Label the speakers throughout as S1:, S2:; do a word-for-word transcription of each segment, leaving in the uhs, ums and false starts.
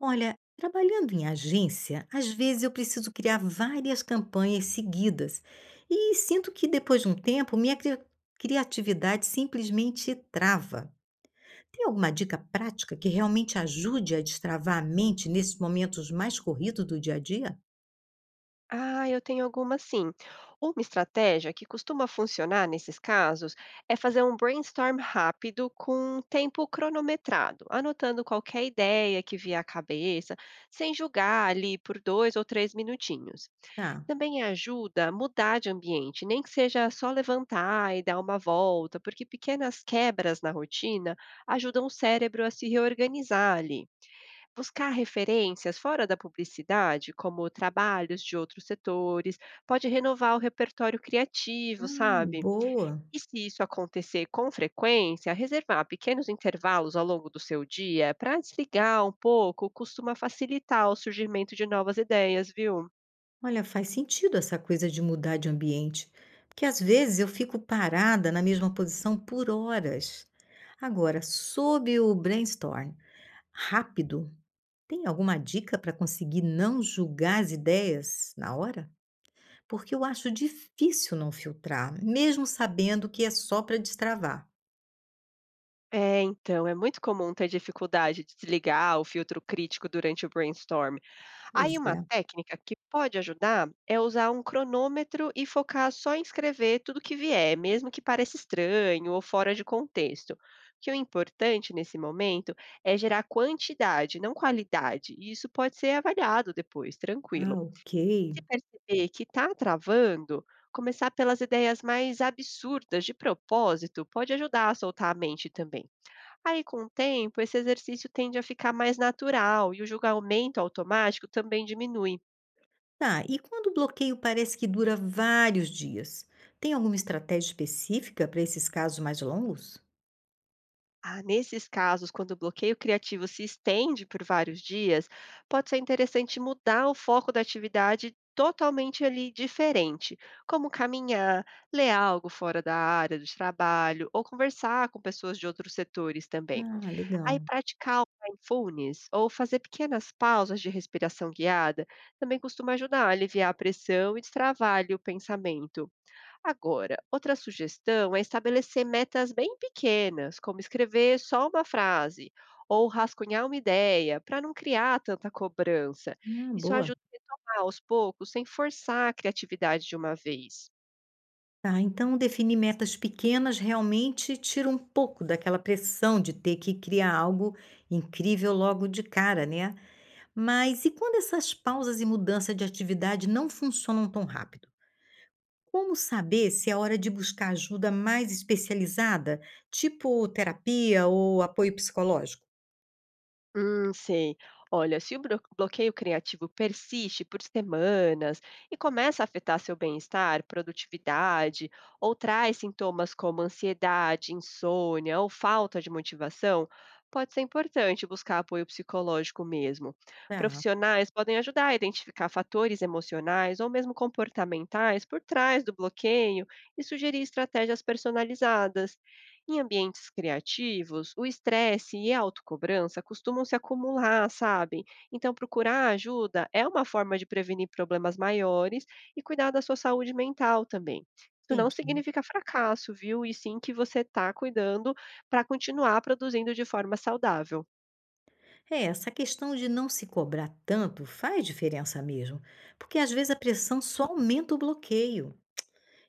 S1: Olha, trabalhando em agência, às vezes eu preciso criar várias campanhas seguidas e sinto que depois de um tempo minha cri- criatividade simplesmente trava. Tem alguma dica prática que realmente ajude a destravar a mente nesses momentos mais corridos do dia a dia?
S2: Ah, eu tenho algumas sim. Uma estratégia que costuma funcionar nesses casos é fazer um brainstorm rápido com tempo cronometrado, anotando qualquer ideia que vier à cabeça, sem julgar ali por dois ou três minutinhos.
S1: Tá.
S2: Também ajuda a mudar de ambiente, nem que seja só levantar e dar uma volta, porque pequenas quebras na rotina ajudam o cérebro a se reorganizar ali. Buscar referências fora da publicidade, como trabalhos de outros setores, pode renovar o repertório criativo,
S1: Ah,
S2: sabe?
S1: boa.
S2: E se isso acontecer com frequência, reservar pequenos intervalos ao longo do seu dia para desligar um pouco costuma facilitar o surgimento de novas ideias, viu?
S1: Olha, faz sentido essa coisa de mudar de ambiente, porque às vezes eu fico parada na mesma posição por horas. Agora, sobre o brainstorm. Rápido. Tem alguma dica para conseguir não julgar as ideias na hora? Porque eu acho difícil não filtrar, mesmo sabendo que é só para destravar.
S2: É, então, é muito comum ter dificuldade de desligar o filtro crítico durante o brainstorm. Aí,
S1: Pois
S2: uma
S1: é.
S2: técnica que pode ajudar é usar um cronômetro e focar só em escrever tudo que vier, mesmo que pareça estranho ou fora de contexto. Que o importante nesse momento é gerar quantidade, não qualidade, e isso pode ser avaliado depois,
S1: Ah,
S2: tranquilo. Se
S1: ok.
S2: perceber que está travando, começar pelas ideias mais absurdas de propósito pode ajudar a soltar a mente também. Aí, com o tempo, esse exercício tende a ficar mais natural e o julgamento automático também diminui.
S1: Tá, e quando o bloqueio parece que dura vários dias? Tem alguma estratégia específica para esses casos mais longos?
S2: Ah, nesses casos, quando o bloqueio criativo se estende por vários dias, pode ser interessante mudar o foco da atividade totalmente ali diferente, como caminhar, ler algo fora da área do trabalho ou conversar com pessoas de outros setores também.
S1: Ah,
S2: Aí
S1: legal.
S2: praticar o mindfulness ou fazer pequenas pausas de respiração guiada também costuma ajudar a aliviar a pressão e destravar ali o pensamento. Agora, outra sugestão é estabelecer metas bem pequenas, como escrever só uma frase ou rascunhar uma ideia, para não criar tanta cobrança.
S1: Ah,
S2: Isso
S1: boa.
S2: ajuda a retomar aos poucos, sem forçar a criatividade de uma vez.
S1: Tá, então definir metas pequenas realmente tira um pouco daquela pressão de ter que criar algo incrível logo de cara, né? Mas e quando essas pausas e mudança de atividade não funcionam tão rápido? Como saber se é hora de buscar ajuda mais especializada, tipo terapia ou apoio psicológico?
S2: Hum, sei. Olha, se o bro- bloqueio criativo persiste por semanas e começa a afetar seu bem-estar, produtividade, ou traz sintomas como ansiedade, insônia ou falta de motivação, pode ser importante buscar apoio psicológico mesmo.
S1: Tá,
S2: Profissionais podem ajudar a identificar fatores emocionais ou mesmo comportamentais por trás do bloqueio e sugerir estratégias personalizadas. Em ambientes criativos, o estresse e a autocobrança costumam se acumular, sabe? Então, procurar ajuda é uma forma de prevenir problemas maiores e cuidar da sua saúde mental também. Isso não
S1: entendi.
S2: significa fracasso, viu? E sim que você está cuidando para continuar produzindo de forma saudável.
S1: É, essa questão de não se cobrar tanto faz diferença mesmo, porque às vezes a pressão só aumenta o bloqueio.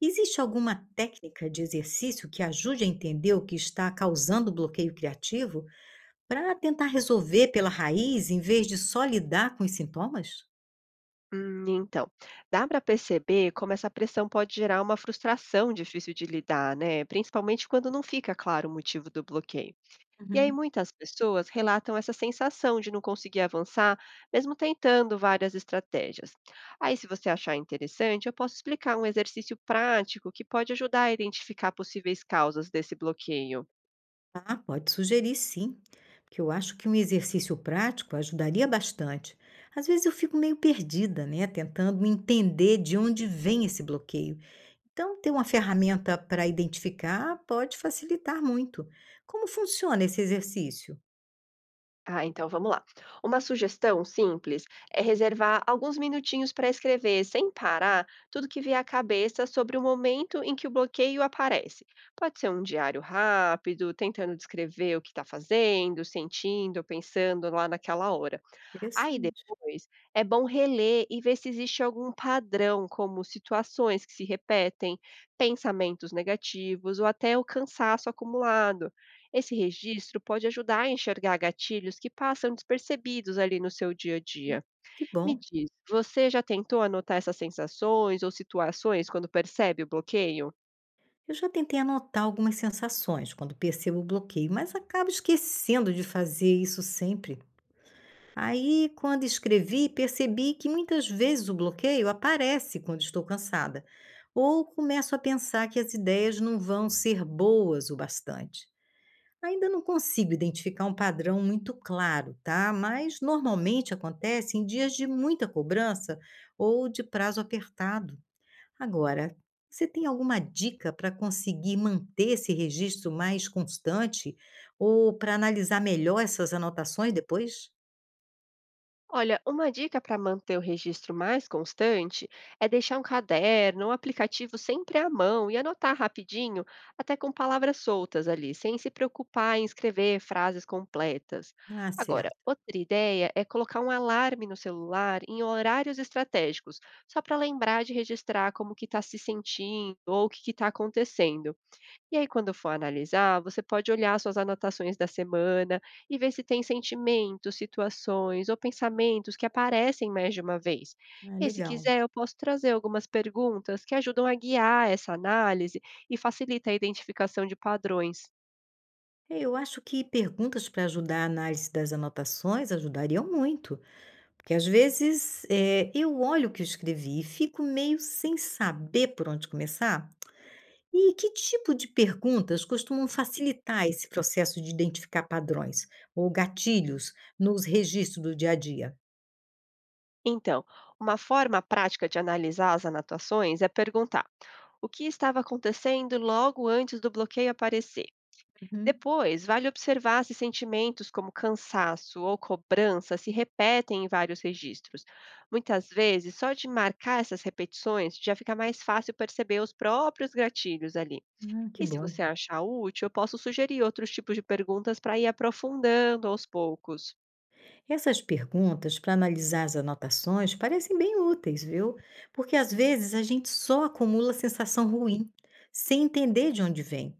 S1: Existe alguma técnica de exercício que ajude a entender o que está causando o bloqueio criativo? Para tentar resolver pela raiz, em vez de só lidar com os sintomas?
S2: Hum, então, dá para perceber como essa pressão pode gerar uma frustração difícil de lidar, né? Principalmente quando não fica claro o motivo do bloqueio. E aí
S1: Uhum.
S2: muitas pessoas relatam essa sensação de não conseguir avançar, mesmo tentando várias estratégias. Aí, se você achar interessante, eu posso explicar um exercício prático que pode ajudar a identificar possíveis causas desse bloqueio.
S1: Ah, pode sugerir sim, porque eu acho que um exercício prático ajudaria bastante. Às vezes eu fico meio perdida, né, tentando entender de onde vem esse bloqueio. Então, ter uma ferramenta para identificar pode facilitar muito. Como funciona esse exercício?
S2: Ah, então vamos lá. Uma sugestão simples é reservar alguns minutinhos para escrever, sem parar, tudo que vier à cabeça sobre o momento em que o bloqueio aparece. Pode ser um diário rápido, tentando descrever o que está fazendo, sentindo, pensando lá naquela hora. Aí
S1: Interessante.
S2: depois, é bom reler e ver se existe algum padrão, como situações que se repetem, pensamentos negativos ou até o cansaço acumulado. Esse registro pode ajudar a enxergar gatilhos que passam despercebidos ali no seu dia a dia.
S1: Que bom.
S2: Me diz, você já tentou anotar essas sensações ou situações quando percebe o bloqueio?
S1: Eu já tentei anotar algumas sensações quando percebo o bloqueio, mas acabo esquecendo de fazer isso sempre. Aí, quando escrevi, percebi que muitas vezes o bloqueio aparece quando estou cansada, ou começo a pensar que as ideias não vão ser boas o bastante. Ainda não consigo identificar um padrão muito claro, tá? Mas normalmente acontece em dias de muita cobrança ou de prazo apertado. Agora, você tem alguma dica para conseguir manter esse registro mais constante ou para analisar melhor essas anotações depois?
S2: Olha, uma dica para manter o registro mais constante é deixar um caderno, um aplicativo sempre à mão e anotar rapidinho, até com palavras soltas ali, sem se preocupar em escrever frases completas.
S1: Ah,
S2: Agora,
S1: certo.
S2: outra ideia é colocar um alarme no celular em horários estratégicos, só para lembrar de registrar como que está se sentindo ou o que está acontecendo. E aí, quando for analisar, você pode olhar suas anotações da semana e ver se tem sentimentos, situações ou pensamentos que aparecem mais de uma vez.
S1: Ah,
S2: E aí, se
S1: legal.
S2: quiser, eu posso trazer algumas perguntas que ajudam a guiar essa análise e facilita a identificação de padrões.
S1: É, eu acho que perguntas para ajudar a análise das anotações ajudariam muito, porque às vezes eh, eu olho o que eu escrevi e fico meio sem saber por onde começar. E que tipo de perguntas costumam facilitar esse processo de identificar padrões ou gatilhos nos registros do dia a dia?
S2: Então, uma forma prática de analisar as anotações é perguntar o que estava acontecendo logo antes do bloqueio aparecer.
S1: Uhum.
S2: Depois, vale observar se sentimentos como cansaço ou cobrança se repetem em vários registros. Muitas vezes, só de marcar essas repetições já fica mais fácil perceber os próprios gatilhos ali.
S1: Ah,
S2: E
S1: que
S2: se
S1: bom.
S2: você achar útil, eu posso sugerir outros tipos de perguntas para ir aprofundando aos poucos.
S1: Essas perguntas para analisar as anotações parecem bem úteis, viu? Porque às vezes a gente só acumula sensação ruim, sem entender de onde vem.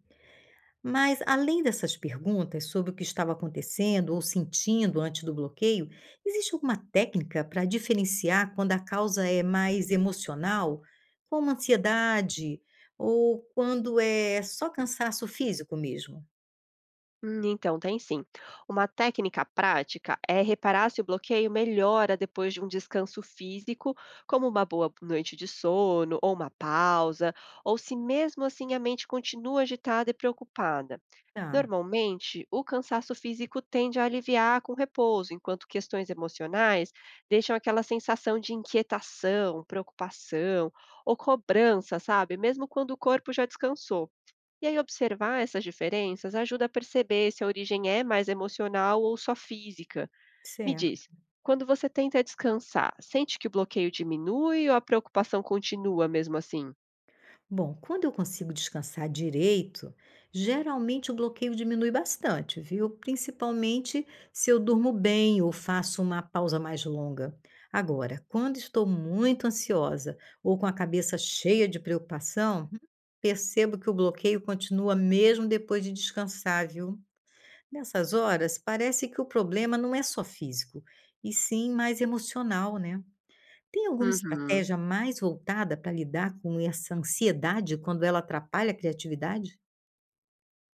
S1: Mas além dessas perguntas sobre o que estava acontecendo ou sentindo antes do bloqueio, existe alguma técnica para diferenciar quando a causa é mais emocional, como ansiedade, ou quando é só cansaço físico mesmo?
S2: Hum, Então, tem sim. Uma técnica prática é reparar se o bloqueio melhora depois de um descanso físico, como uma boa noite de sono ou uma pausa, ou se mesmo assim a mente continua agitada e preocupada.
S1: Tá,
S2: Normalmente, o cansaço físico tende a aliviar com repouso, enquanto questões emocionais deixam aquela sensação de inquietação, preocupação ou cobrança, sabe? Mesmo quando o corpo já descansou. E aí, observar essas diferenças ajuda a perceber se a origem é mais emocional ou só física. Me
S1: certo.
S2: diz, quando você tenta descansar, sente que o bloqueio diminui ou a preocupação continua mesmo assim?
S1: Bom, quando eu consigo descansar direito, geralmente o bloqueio diminui bastante, viu? Principalmente se eu durmo bem ou faço uma pausa mais longa. Agora, quando estou muito ansiosa ou com a cabeça cheia de preocupação, hum, percebo que o bloqueio continua mesmo depois de descansar, viu? Nessas horas, parece que o problema não é só físico, e sim mais emocional, né? Tem alguma
S2: Uhum.
S1: estratégia mais voltada para lidar com essa ansiedade quando ela atrapalha a criatividade?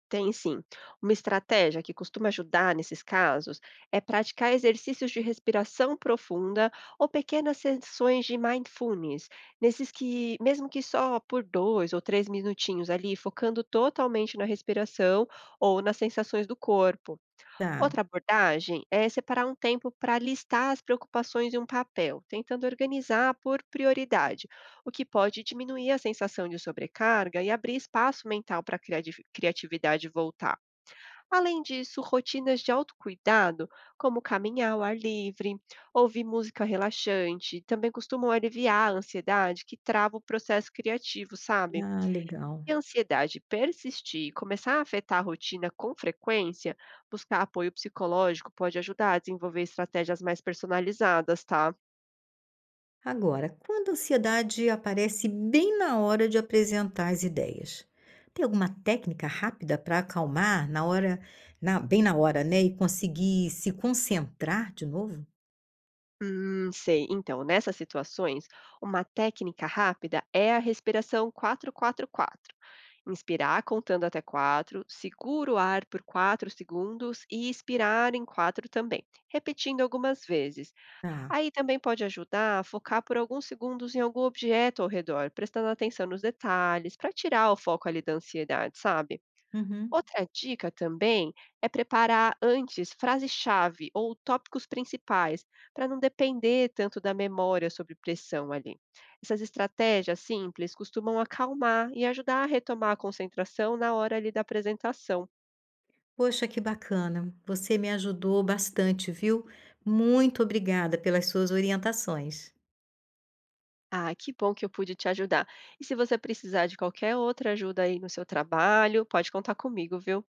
S2: Tem sim. Uma estratégia que costuma ajudar nesses casos é praticar exercícios de respiração profunda ou pequenas sessões de mindfulness, nesses que, mesmo que só por dois ou três minutinhos ali, focando totalmente na respiração ou nas sensações do corpo.
S1: Tá.
S2: Outra abordagem é separar um tempo para listar as preocupações em um papel, tentando organizar por prioridade, o que pode diminuir a sensação de sobrecarga e abrir espaço mental para a criati- criatividade voltar. Além disso, rotinas de autocuidado, como caminhar ao ar livre, ouvir música relaxante, também costumam aliviar a ansiedade que trava o processo criativo, sabe?
S1: Ah, legal.
S2: Se a ansiedade persistir e começar a afetar a rotina com frequência, buscar apoio psicológico pode ajudar a desenvolver estratégias mais personalizadas, tá?
S1: Agora, quando a ansiedade aparece bem na hora de apresentar as ideias, tem alguma técnica rápida para acalmar na hora, na- bem na hora, né? E conseguir se concentrar de novo?
S2: Hum, sei. Então, nessas situações, uma técnica rápida é a respiração quatro quatro-quatro. Inspirar contando até quatro, segura o ar por quatro segundos e expirar em quatro também, repetindo algumas vezes.
S1: Tá.
S2: Aí também pode ajudar a focar por alguns segundos em algum objeto ao redor, prestando atenção nos detalhes, para tirar o foco ali da ansiedade, sabe?
S1: Uhum.
S2: Outra dica também é preparar antes frases-chave ou tópicos principais, para não depender tanto da memória sobre pressão ali. Essas estratégias simples costumam acalmar e ajudar a retomar a concentração na hora ali da apresentação.
S1: Poxa, que bacana. Você me ajudou bastante, viu? Muito obrigada pelas suas orientações.
S2: Ah, que bom que eu pude te ajudar. E se você precisar de qualquer outra ajuda aí no seu trabalho, pode contar comigo, viu?